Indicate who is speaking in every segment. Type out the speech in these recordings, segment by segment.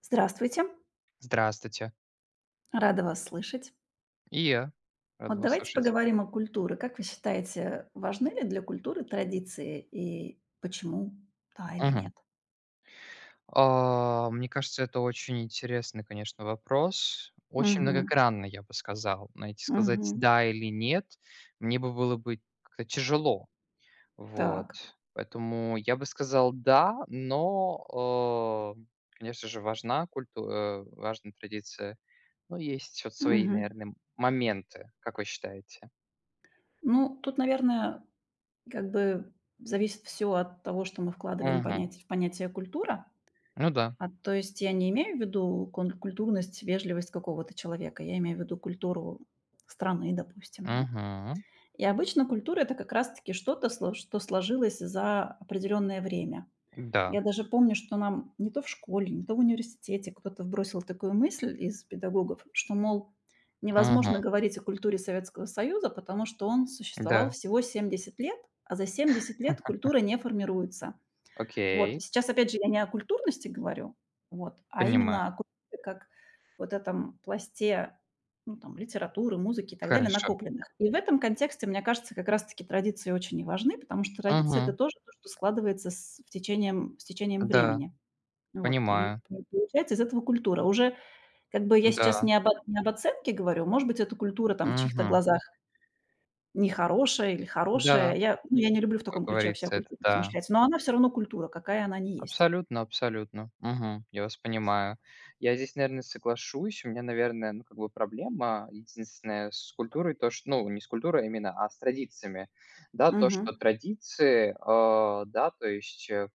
Speaker 1: Здравствуйте,
Speaker 2: Здравствуйте.
Speaker 1: рада вас слышать.
Speaker 2: И я рад
Speaker 1: Вот
Speaker 2: вас
Speaker 1: давайте
Speaker 2: слышать.
Speaker 1: поговорим о культуре. Как вы считаете, важны ли для культуры традиции и почему, да или
Speaker 2: Мгм.
Speaker 1: нет?
Speaker 2: А, мне кажется, это очень интересный, конечно, вопрос. Очень
Speaker 1: Мгм.
Speaker 2: многогранный, я бы сказал. Найти сказать
Speaker 1: Мгм.
Speaker 2: "да" или "нет" мне бы было бы как-то тяжело. Вот.
Speaker 1: Так.
Speaker 2: Поэтому я бы сказал "да", но, конечно же, важна культура, важна традиция. Но есть вот свои,
Speaker 1: Мгм.
Speaker 2: наверное, моменты, как вы считаете?
Speaker 1: Ну, тут, наверное, как бы зависит все от того, что мы вкладываем
Speaker 2: Мгм.
Speaker 1: в понятие культура.
Speaker 2: Ну да.
Speaker 1: То есть я не имею в виду культурность, вежливость какого-то человека. Я имею в виду культуру страны, допустим, да?
Speaker 2: Мгм.
Speaker 1: И обычно культура — это как раз-таки что-то, сло что сложилось за определенное время.
Speaker 2: Да.
Speaker 1: Я даже помню, что нам не то в школе, не то в университете кто-то вбросил такую мысль из педагогов, что, мол,
Speaker 2: Мгм.
Speaker 1: невозможно говорить о культуре Советского Союза, потому что он существовал
Speaker 2: Да.
Speaker 1: всего 70 лет, а за 70 лет культура не формируется. Вот
Speaker 2: Окей,
Speaker 1: сейчас, опять же, я не о культурности говорю, вот, а
Speaker 2: понимаю.
Speaker 1: именно о культуре как вот этом пласте, ну, там, литературы, музыки и так далее,
Speaker 2: Хорошо.
Speaker 1: накопленных. И в этом контексте, мне кажется, как раз-таки традиции очень и важны, потому что традиции — это
Speaker 2: Мгм.
Speaker 1: тоже то, что складывается с течением
Speaker 2: Да,
Speaker 1: времени. Ну вот, и
Speaker 2: понимаю.
Speaker 1: по получается из этого культура. Уже как бы я сейчас
Speaker 2: Да.
Speaker 1: не об оценке говорю, может быть, эта культура там в чьих-то
Speaker 2: Мгм.
Speaker 1: глазах нехорошая или хорошая.
Speaker 2: Да,
Speaker 1: Я не люблю в
Speaker 2: как
Speaker 1: таком ключе вообще о
Speaker 2: говорится, это
Speaker 1: культуре
Speaker 2: да.
Speaker 1: размышлять, но она все равно культура, какая она не есть.
Speaker 2: Абсолютно, абсолютно. Мгм. Я вас понимаю. Я здесь, наверное, соглашусь. У меня, наверное, ну, как бы проблема единственная с культурой, то, что, ну, не с культурой а именно, а с традициями. Да, то, что
Speaker 1: Мгм.
Speaker 2: традиции, а, да, то есть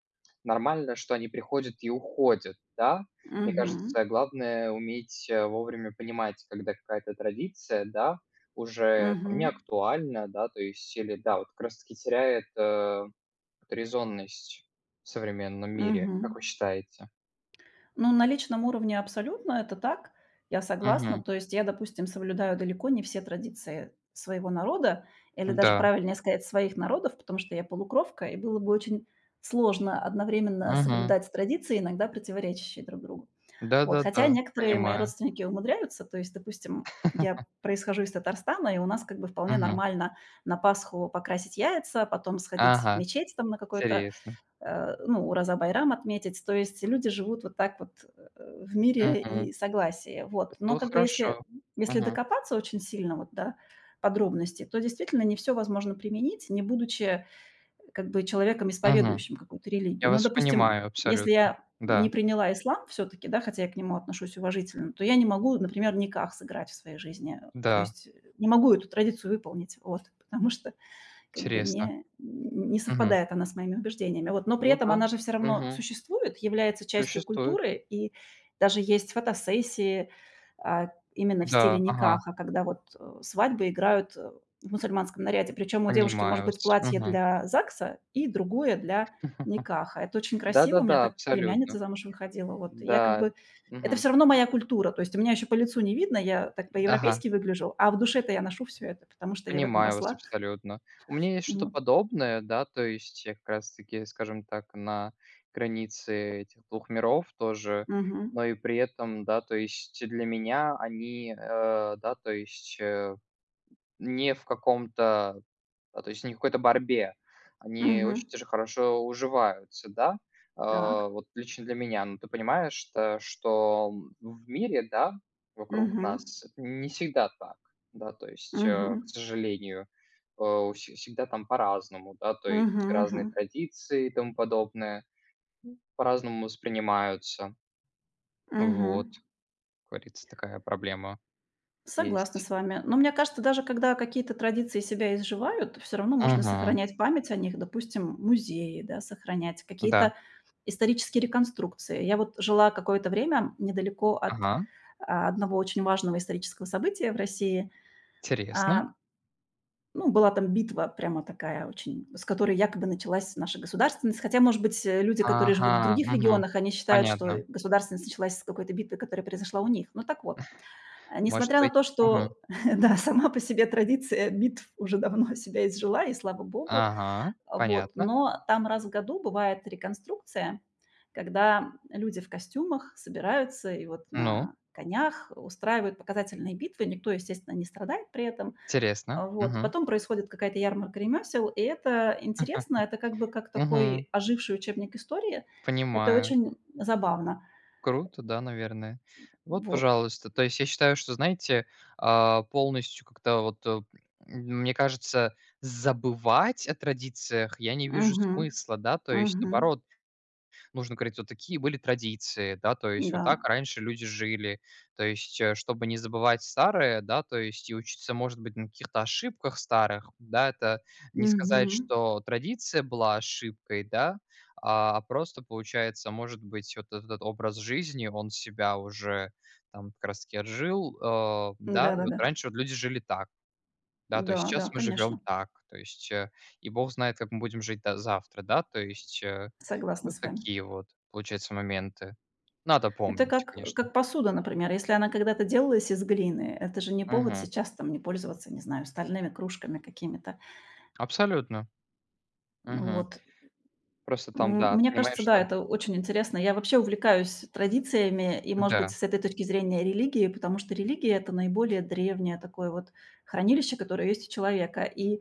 Speaker 2: нормально, что они приходят и уходят, да. Мне
Speaker 1: Мгм.
Speaker 2: кажется, главное уметь вовремя понимать, когда какая-то традиция, да, уже там, не
Speaker 1: Мгм.
Speaker 2: актуальна, да, то есть, или, да, вот как раз-таки теряет вот резонность в современном мире,
Speaker 1: Мгм.
Speaker 2: как вы считаете?
Speaker 1: Ну, на личном уровне абсолютно это так. Я согласна.
Speaker 2: Мгм.
Speaker 1: То есть я, допустим, соблюдаю далеко не все традиции своего народа, или даже
Speaker 2: Да.
Speaker 1: правильнее сказать, своих народов, потому что я полукровка, и было бы очень сложно одновременно
Speaker 2: Мгм.
Speaker 1: соблюдать традиции, иногда противоречащие друг другу. Вот. Хотя
Speaker 2: Да-да-да,
Speaker 1: некоторые мои
Speaker 2: понимаю.
Speaker 1: родственники умудряются, то есть, допустим, я происхожу из Татарстана, и у нас как бы вполне
Speaker 2: Мгм.
Speaker 1: нормально на Пасху покрасить яйца, потом сходить в
Speaker 2: Ага,
Speaker 1: мечеть там на какой-то
Speaker 2: интересно.
Speaker 1: ну, Ураза-Байрам отметить. То есть люди живут вот так вот в мире
Speaker 2: Мгм.
Speaker 1: и согласии. Вот.
Speaker 2: Это
Speaker 1: Но
Speaker 2: вот
Speaker 1: как бы если,
Speaker 2: хорошо.
Speaker 1: если
Speaker 2: Мгм.
Speaker 1: докопаться очень сильно вот до подробностей, то действительно не все возможно применить, не будучи как бы человеком,
Speaker 2: Мгм.
Speaker 1: исповедующим какую-то
Speaker 2: Я
Speaker 1: религию. Ну,
Speaker 2: вас
Speaker 1: допустим,
Speaker 2: понимаю
Speaker 1: если
Speaker 2: абсолютно.
Speaker 1: я не
Speaker 2: Да,
Speaker 1: приняла ислам все-таки, да, хотя я к нему отношусь уважительно, то я не могу, например, никак сыграть в своей жизни. То
Speaker 2: да,
Speaker 1: есть не могу эту традицию выполнить, вот, потому что как бы
Speaker 2: интересно.
Speaker 1: не
Speaker 2: Мгм.
Speaker 1: совпадает она с моими убеждениями. Вот, но при
Speaker 2: Ну
Speaker 1: этом
Speaker 2: да.
Speaker 1: она же все равно
Speaker 2: Мгм.
Speaker 1: существует, является частью
Speaker 2: Существует.
Speaker 1: культуры, и даже есть фотосессии, именно в
Speaker 2: Да,
Speaker 1: стиле
Speaker 2: ага,
Speaker 1: никаха, когда вот, свадьбы играют, в мусульманском наряде. Причем у девушки может
Speaker 2: понимаю
Speaker 1: быть
Speaker 2: вас.
Speaker 1: платье
Speaker 2: Мгм.
Speaker 1: для ЗАГСа и другое для никаха. Это очень красиво. У меня
Speaker 2: Да-да-да,
Speaker 1: так
Speaker 2: абсолютно.
Speaker 1: племянница замуж выходила. Вот я как
Speaker 2: Да.
Speaker 1: бы это
Speaker 2: Мгм.
Speaker 1: все равно моя культура. То есть у меня еще по лицу не видно, я так
Speaker 2: Ага.
Speaker 1: по-европейски выгляжу, а в душе-то я ношу все это, потому что я в этом
Speaker 2: Понимаю вас
Speaker 1: росла.
Speaker 2: абсолютно. У меня есть что-то
Speaker 1: Вот.
Speaker 2: подобное, да, то есть я как раз-таки, скажем так, на границе этих двух миров тоже,
Speaker 1: Мгм.
Speaker 2: но и при этом, да, то есть для меня они, да, то есть, не в каком-то да, то есть не какой-то борьбе. Они
Speaker 1: Мгм.
Speaker 2: очень даже хорошо уживаются, да.
Speaker 1: Так.
Speaker 2: Э, вот лично для меня. Ну, ты понимаешь, то что в мире, да, вокруг
Speaker 1: Мгм.
Speaker 2: нас не всегда так, да, то есть, к
Speaker 1: Мгм.
Speaker 2: сожалению, у вс всегда там по-разному, да, то есть
Speaker 1: Мгм. Мгм.
Speaker 2: разные традиции и тому подобное по-разному воспринимаются. Вот,
Speaker 1: Мгм.
Speaker 2: как говорится, такая проблема
Speaker 1: Согласна
Speaker 2: есть.
Speaker 1: с вами. Но мне кажется, даже когда какие-то традиции себя изживают, все равно можно
Speaker 2: Мгм.
Speaker 1: сохранять память о них. Допустим, музеи, да, сохранять,
Speaker 2: Да.
Speaker 1: какие-то исторические реконструкции. Я вот жила какое-то время недалеко от,
Speaker 2: Ага.
Speaker 1: одного очень важного исторического события в России.
Speaker 2: Интересно.
Speaker 1: А, Ну, была там битва прямо такая очень, с которой якобы началась наша государственность. Хотя, может быть, люди, которые живут в
Speaker 2: Ага.
Speaker 1: других
Speaker 2: Мгм.
Speaker 1: регионах, они считают, что
Speaker 2: Понятно.
Speaker 1: государственность началась с какой-то битвы, которая произошла у них. Ну так вот,
Speaker 2: Может
Speaker 1: несмотря на
Speaker 2: быть.
Speaker 1: то,
Speaker 2: Мгм.
Speaker 1: что, да, сама по себе традиция битв уже давно себя изжила, и слава богу,
Speaker 2: Ага,
Speaker 1: вот,
Speaker 2: понятно.
Speaker 1: но там раз в году бывает реконструкция, когда люди в костюмах собираются и вот
Speaker 2: Ну,
Speaker 1: на конях устраивают показательные битвы. Никто, естественно, не страдает при этом.
Speaker 2: интересно.
Speaker 1: Вот.
Speaker 2: Мгм.
Speaker 1: Потом происходит какая-то ярмарка ремесел, и это интересно, это как бы как
Speaker 2: Мгм.
Speaker 1: такой оживший учебник истории. Это
Speaker 2: Понимаю.
Speaker 1: очень забавно.
Speaker 2: Круто, да, наверное. Вот,
Speaker 1: Вот.
Speaker 2: пожалуйста. То есть я считаю, что, знаете, а, полностью как-то вот, мне кажется, забывать о традициях я не вижу
Speaker 1: Мгм.
Speaker 2: смысла, да. То есть,
Speaker 1: Мгм.
Speaker 2: наоборот, нужно говорить, вот такие были традиции, да, то есть
Speaker 1: Да.
Speaker 2: вот так раньше люди жили. То есть, чтобы не забывать старое, да, то есть и учиться, может быть, на каких-то ошибках старых, да, это не сказать,
Speaker 1: Мгм.
Speaker 2: что традиция была ошибкой, да, а просто, получается, может быть, вот этот вот образ жизни, он себя уже там как раз-таки отжил, да, и вот
Speaker 1: Да-да-да.
Speaker 2: раньше вот люди жили так, да, то есть
Speaker 1: Да, да,
Speaker 2: сейчас мы живем
Speaker 1: конечно.
Speaker 2: так, то есть, и бог знает, как мы будем жить до завтра, да, то есть,
Speaker 1: Согласна
Speaker 2: вот
Speaker 1: с вами.
Speaker 2: такие вот, получается, моменты. Надо
Speaker 1: Это
Speaker 2: помнить,
Speaker 1: как, э,
Speaker 2: конечно.
Speaker 1: как посуда, например. Если она когда-то делалась из глины, это же не повод
Speaker 2: Мгм.
Speaker 1: сейчас там не пользоваться, не знаю, стальными кружками какими-то.
Speaker 2: Абсолютно. Мгм.
Speaker 1: Вот.
Speaker 2: Просто там, да,
Speaker 1: Мне
Speaker 2: понимаешь,
Speaker 1: кажется, да,
Speaker 2: что
Speaker 1: это очень интересно. Я вообще увлекаюсь традициями и, может быть,
Speaker 2: да.
Speaker 1: с этой точки зрения религии, потому что религия — это наиболее древнее такое вот хранилище, которое есть у человека. И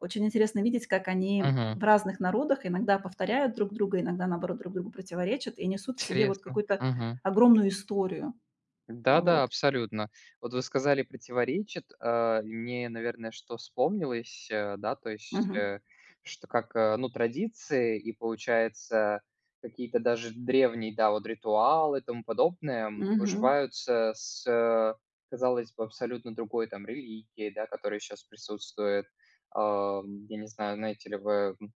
Speaker 1: очень интересно видеть, как они
Speaker 2: Мгм.
Speaker 1: в разных народах иногда повторяют друг друга, иногда, наоборот, друг другу противоречат и несут в себе вот
Speaker 2: Интересно.
Speaker 1: какую-то
Speaker 2: Мгм.
Speaker 1: огромную историю.
Speaker 2: Да-да,
Speaker 1: Вот.
Speaker 2: абсолютно. Вот вы сказали "противоречит", а, и мне, наверное, что вспомнилось, да, то есть,
Speaker 1: Мгм.
Speaker 2: что как, ну, традиции и, получается, какие-то даже древние, да, вот ритуалы и тому подобное,
Speaker 1: Мгм.
Speaker 2: уживаются с, казалось бы, абсолютно другой там религией, да, которая сейчас присутствует. Я не знаю, знаете ли вы,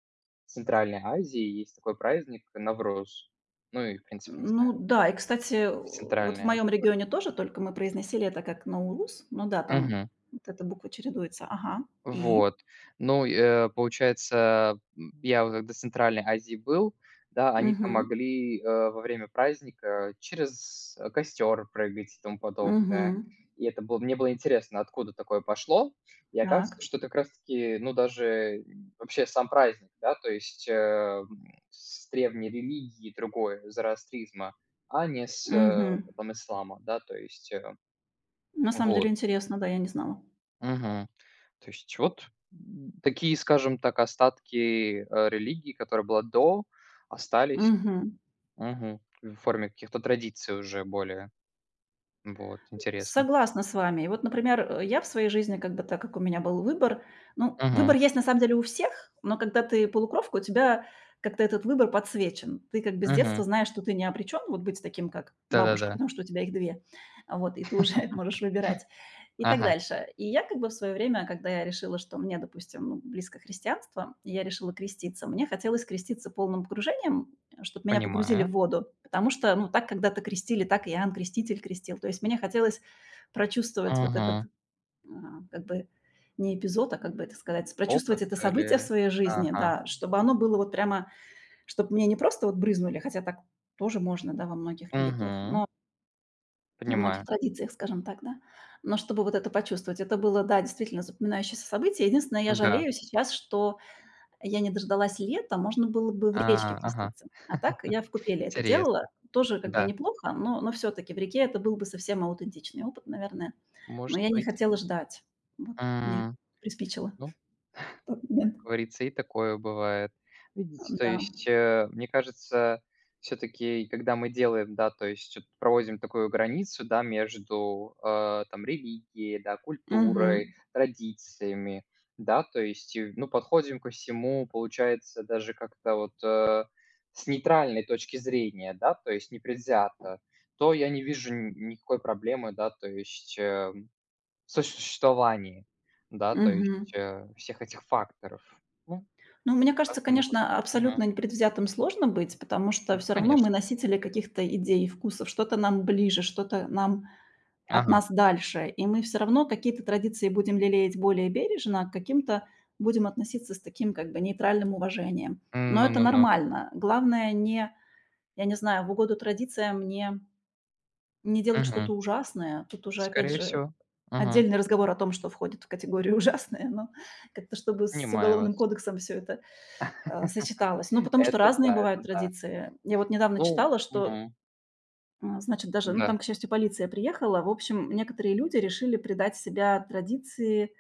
Speaker 2: в Центральной Азии есть такой праздник Навруз. Ну и, в принципе, не
Speaker 1: Ну
Speaker 2: знаю,
Speaker 1: да, и, кстати,
Speaker 2: в
Speaker 1: вот в
Speaker 2: Центральной
Speaker 1: моем
Speaker 2: Азии только.
Speaker 1: регионе тоже, только мы произносили это как наурус. Ну да, там вот эта буква чередуется. Ага. И?
Speaker 2: Вот. Ну, получается, я вот когда в Центральной Азии был, да, они там
Speaker 1: Мгм.
Speaker 2: могли, во время праздника через, костер прыгать и тому подобное.
Speaker 1: Мгм.
Speaker 2: И это было мне было интересно, откуда такое пошло. И оказывается,
Speaker 1: Так.
Speaker 2: что это как раз таки, ну, даже вообще сам праздник, да, то есть, с древней религии другой, зороастризма, а не с,
Speaker 1: Мгм.
Speaker 2: там, ислама, да, то есть,
Speaker 1: На самом деле
Speaker 2: вот.
Speaker 1: интересно, да, я не знала.
Speaker 2: Мгм. То есть вот, такие, скажем так, остатки, религии, которая была до, остались.
Speaker 1: Мгм.
Speaker 2: Мгм. В форме каких-то традиций уже более. Вот, интересно.
Speaker 1: Согласна с вами. И вот, например, я в своей жизни, как бы так как у меня был выбор, ну,
Speaker 2: Мгм,
Speaker 1: выбор есть на самом деле у всех, но когда ты полукровка, у тебя как-то этот выбор подсвечен. Ты как бы с детства
Speaker 2: мгм.
Speaker 1: знаешь, что ты не обречен вот быть таким, как бабушка,
Speaker 2: Да-да-да.
Speaker 1: потому что у тебя их две. Вот, и ты уже можешь выбирать и так
Speaker 2: Ага,
Speaker 1: дальше. И я как бы в свое время, когда я решила, что мне, допустим, ну, близко христианство, и я решила креститься. Мне хотелось креститься полным погружением, чтобы меня погрузили
Speaker 2: понимаю.
Speaker 1: в воду, потому что, ну, так когда-то крестили, так и Иоанн Креститель крестил. То есть мне хотелось прочувствовать вот этот,
Speaker 2: Мгм.
Speaker 1: а, как бы не эпизод, а как бы это сказать,
Speaker 2: Опыт
Speaker 1: прочувствовать это
Speaker 2: или
Speaker 1: событие в своей жизни,
Speaker 2: Ага.
Speaker 1: да, чтобы оно было вот прямо, чтобы мне не просто вот брызнули, хотя так тоже можно, да, во многих религиях,
Speaker 2: Мгм.
Speaker 1: но во многих
Speaker 2: Понимаю.
Speaker 1: традициях, скажем так, да. Но чтобы вот это почувствовать, это было, да, действительно запоминающееся событие. Единственное, я
Speaker 2: Да.
Speaker 1: жалею сейчас, что я не дождалась лета, можно было бы в
Speaker 2: А,
Speaker 1: речке
Speaker 2: ага.
Speaker 1: креститься. А так я в купели это
Speaker 2: Интересно.
Speaker 1: делала. Тоже как бы
Speaker 2: Да,
Speaker 1: неплохо, но все-таки в реке это был бы совсем аутентичный опыт, наверное. Но
Speaker 2: может
Speaker 1: я не
Speaker 2: быть.
Speaker 1: хотела ждать. Вот мне
Speaker 2: М,
Speaker 1: приспичило
Speaker 2: ну
Speaker 1: в тот момент.
Speaker 2: говорится, и такое бывает. Видите, то
Speaker 1: Да.
Speaker 2: есть, мне кажется, все таки когда мы делаем, да, то есть вот проводим такую границу, да, между, там религией, да, культурой,
Speaker 1: Мгм.
Speaker 2: традициями, да, то есть, и, ну, подходим ко всему, получается, даже как-то вот, с нейтральной точки зрения, да, то есть непредвзято, то я не вижу ни никакой проблемы, да, то есть, сосуществовании, да, то
Speaker 1: Мгм.
Speaker 2: есть, всех этих факторов. Ну,
Speaker 1: Ну, мне кажется,
Speaker 2: прекрасно могут.
Speaker 1: конечно,
Speaker 2: Мгм.
Speaker 1: абсолютно непредвзятым сложно быть, потому что
Speaker 2: Ну да,
Speaker 1: все равно мы
Speaker 2: конечно.
Speaker 1: носители каких-то идей, вкусов. Что-то нам ближе, что-то нам от
Speaker 2: Ага.
Speaker 1: нас дальше, и мы все равно какие-то традиции будем лелеять более бережно, а к каким-то будем относиться с таким как бы нейтральным уважением. Но
Speaker 2: Ну
Speaker 1: это
Speaker 2: ну ну.
Speaker 1: нормально. Главное не, я не знаю, в угоду традициям не делать
Speaker 2: Мгм.
Speaker 1: что-то ужасное. Тут уже, опять
Speaker 2: Скорее
Speaker 1: же,
Speaker 2: всего. Мгм.
Speaker 1: отдельный разговор о том, что входит в категорию ужасное, но как-то чтобы с
Speaker 2: Понимаю
Speaker 1: Уголовным
Speaker 2: вас.
Speaker 1: кодексом все это, сочеталось. Ну, потому что
Speaker 2: Это
Speaker 1: разные
Speaker 2: да, это
Speaker 1: бывают
Speaker 2: да.
Speaker 1: традиции. Я вот недавно
Speaker 2: Ну,
Speaker 1: читала, что
Speaker 2: мгм.
Speaker 1: значит, даже, ну,
Speaker 2: Да.
Speaker 1: там, к счастью, полиция приехала. В общем, некоторые люди решили придать себя традиции,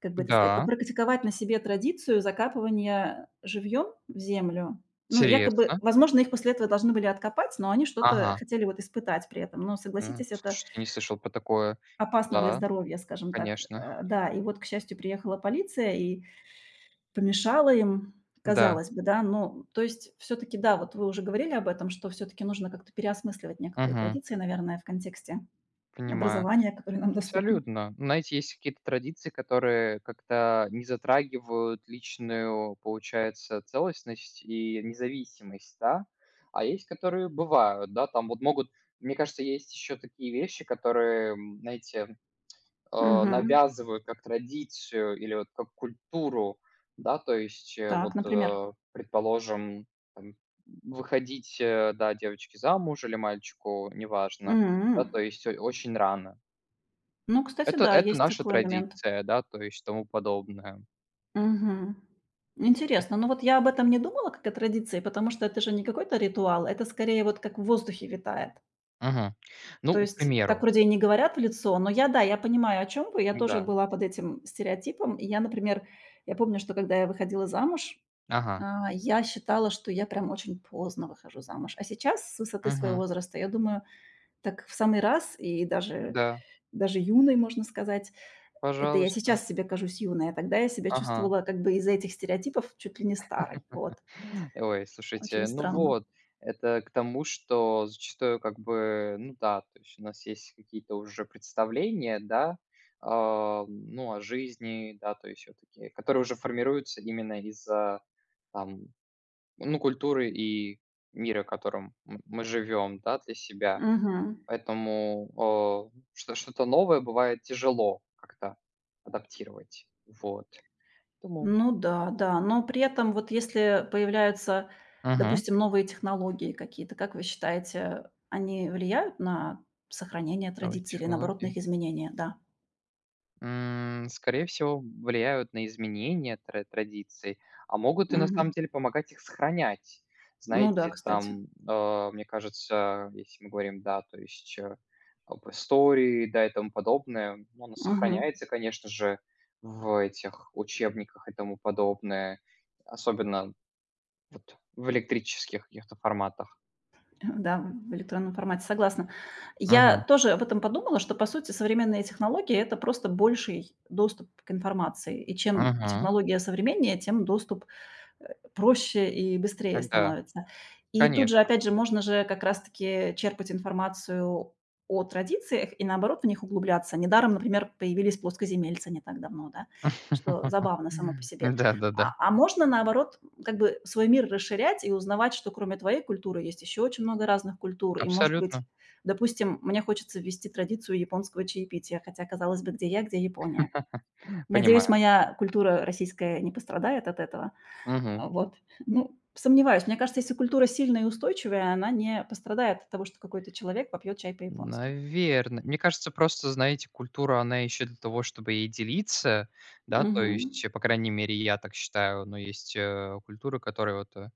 Speaker 1: как бы это сказать,
Speaker 2: Да.
Speaker 1: попрактиковать на себе традицию закапывания живьем в землю. Ну, якобы,
Speaker 2: Интересно.
Speaker 1: возможно, их после этого должны были откопать, но они что-то
Speaker 2: Ага.
Speaker 1: хотели вот испытать при этом. Но, согласитесь, это
Speaker 2: Слушайте, не слышал про такое.
Speaker 1: опасно для
Speaker 2: Да,
Speaker 1: здоровья, скажем так.
Speaker 2: конечно.
Speaker 1: Да, и вот, к счастью, приехала полиция и помешала им,
Speaker 2: Да.
Speaker 1: казалось бы, да. Ну, то есть все таки да, вот вы уже говорили об этом, что все таки нужно как-то переосмысливать некоторые
Speaker 2: Мгм.
Speaker 1: традиции, наверное, в контексте
Speaker 2: Понимаю.
Speaker 1: образования, которые нам доступны.
Speaker 2: Абсолютно. Ну, знаете, есть какие-то традиции, которые как-то не затрагивают личную, получается, целостность и независимость, да, а есть, которые бывают, да, там вот могут, мне кажется, есть еще такие вещи, которые, знаете,
Speaker 1: Мгм.
Speaker 2: навязывают как традицию или вот как культуру, да, то есть
Speaker 1: Так,
Speaker 2: вот,
Speaker 1: например.
Speaker 2: предположим, там, выходить, да, девочке замуж или мальчику, неважно, да,
Speaker 1: М.
Speaker 2: то есть очень рано.
Speaker 1: Ну, кстати,
Speaker 2: Это
Speaker 1: да,
Speaker 2: это
Speaker 1: есть
Speaker 2: наша
Speaker 1: такой момент.
Speaker 2: традиция, да, то есть тому подобное.
Speaker 1: Мгм.
Speaker 2: Э,
Speaker 1: Интересно. Ну вот я об этом не думала, как о традиции, потому что это же не какой-то ритуал, это скорее вот как в воздухе витает.
Speaker 2: мгм.
Speaker 1: То
Speaker 2: Ну, к
Speaker 1: есть так
Speaker 2: примеру,
Speaker 1: вроде и не говорят в лицо, но я, да, я понимаю, о чем вы. Я тоже
Speaker 2: да.
Speaker 1: была под этим стереотипом. И я, например, я помню, что когда я выходила замуж,
Speaker 2: Ага.
Speaker 1: я считала, что я прям очень поздно выхожу замуж. А сейчас, с высоты своего
Speaker 2: Мгм.
Speaker 1: возраста, я думаю, так в самый раз и даже
Speaker 2: Да,
Speaker 1: даже юной, можно сказать. Это я
Speaker 2: пожалуйста.
Speaker 1: сейчас себе кажусь юной, а тогда я себя
Speaker 2: Ага.
Speaker 1: чувствовала как бы из-за этих стереотипов чуть ли не старой. Вот.
Speaker 2: Ой,
Speaker 1: Очень
Speaker 2: слушайте, ну
Speaker 1: странно.
Speaker 2: вот, это к тому, что зачастую как бы, ну да, то есть у нас есть какие-то уже представления, да, а, ну, о жизни, да, то есть вот такие, которые уже формируются именно из-за, там, ну, культуры и мира, в котором мы живем, да, для себя.
Speaker 1: Мгм.
Speaker 2: Поэтому, что что-то новое бывает тяжело как-то адаптировать. Вот. Поэтому.
Speaker 1: Ну да, да. Но при этом вот если появляются,
Speaker 2: Мгм.
Speaker 1: допустим, новые технологии какие-то, как вы считаете, они влияют на сохранение
Speaker 2: Новые
Speaker 1: традиций или, наоборот, на их
Speaker 2: технологии.
Speaker 1: изменение? Да.
Speaker 2: Скорее всего, влияют на изменения традиций, а могут и на самом
Speaker 1: Мгм.
Speaker 2: деле помогать их сохранять.
Speaker 1: Ну да,
Speaker 2: Знаете,
Speaker 1: кстати.
Speaker 2: там, мне кажется, если мы говорим, да, то есть, об истории, да, и тому подобное, ну, оно
Speaker 1: Мгм.
Speaker 2: сохраняется, конечно же, в этих учебниках и тому подобное. Особенно вот в электрических каких-то форматах.
Speaker 1: Да, в электронном формате, согласна. Я
Speaker 2: Мгм,
Speaker 1: тоже об этом подумала, что, по сути, современные технологии — это просто больший доступ к информации. И чем
Speaker 2: мгм.
Speaker 1: технология современнее, тем доступ э, проще и быстрее
Speaker 2: Да,
Speaker 1: становится. И тут же,
Speaker 2: конечно.
Speaker 1: опять же, можно же как раз-таки черпать информацию о традициях и, наоборот, в них углубляться. Недаром, например, появились плоскоземельцы не так давно, да, что забавно само по себе.
Speaker 2: Да-да-да,
Speaker 1: А можно, наоборот, как бы свой мир расширять и узнавать, что кроме твоей культуры есть еще очень много разных культур. И, может быть,
Speaker 2: абсолютно.
Speaker 1: допустим, мне хочется ввести традицию японского чаепития, хотя, казалось бы, где я, где Япония. Надеюсь,
Speaker 2: Понимаю.
Speaker 1: моя культура российская не пострадает от этого.
Speaker 2: Мгм.
Speaker 1: Вот. Ну, сомневаюсь. Мне кажется, если культура сильная и устойчивая, она не пострадает от того, что какой-то человек попьет чай по-японски.
Speaker 2: Наверное, мне кажется, просто, знаете, культура, она еще для того, чтобы и делиться, да, то
Speaker 1: Мгм.
Speaker 2: есть, по крайней мере, я так считаю. Но есть, культуры, которые вот,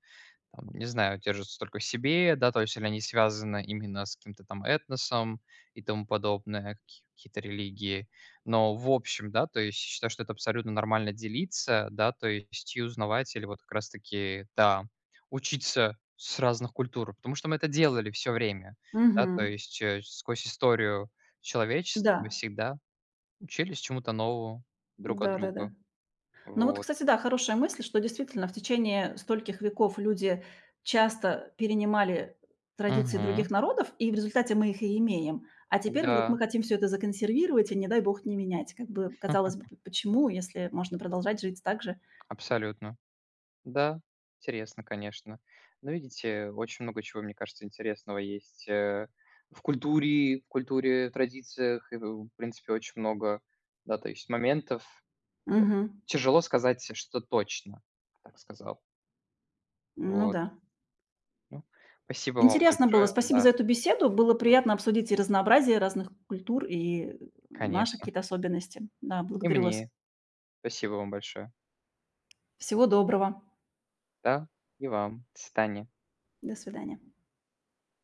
Speaker 2: там, не знаю, держатся только в себе, да, то есть или они связаны именно с каким-то там этносом и тому подобное, какие-то религии. Но в общем, да, то есть считаю, что это абсолютно нормально делиться, да, то есть и узнавать или вот как раз-таки, да, учиться с разных культур, потому что мы это делали все время, да, то
Speaker 1: Мгм.
Speaker 2: есть сквозь историю человечества мы
Speaker 1: Да.
Speaker 2: всегда учились чему-то новому друг от
Speaker 1: Да-да-да.
Speaker 2: друга,
Speaker 1: Ну вот,
Speaker 2: вот.
Speaker 1: кстати, да, хорошая мысль, что действительно в течение стольких веков люди часто перенимали традиции
Speaker 2: Мгм.
Speaker 1: других народов, и в результате мы их и имеем. А теперь вдруг
Speaker 2: Да,
Speaker 1: мы хотим все это законсервировать и, не дай бог, не менять. Как бы, казалось бы, п почему, если можно продолжать жить так же?
Speaker 2: абсолютно. Да, интересно, конечно. Но видите, очень много чего, мне кажется, интересного есть, в культуре, в традициях и, в принципе, очень много, да, то есть моментов.
Speaker 1: Мгм.
Speaker 2: Тяжело сказать, что точно, так сказал.
Speaker 1: Ну
Speaker 2: Вот.
Speaker 1: да.
Speaker 2: Ну, спасибо вам
Speaker 1: Интересно было.
Speaker 2: большое.
Speaker 1: Спасибо за
Speaker 2: Да,
Speaker 1: эту беседу. Было приятно обсудить и разнообразие разных культур, и наши
Speaker 2: конечно.
Speaker 1: какие-то особенности. Да,
Speaker 2: И
Speaker 1: благодарю вас.
Speaker 2: мне. Спасибо вам большое.
Speaker 1: Всего доброго.
Speaker 2: Да, и вам. До свидания.
Speaker 1: До свидания.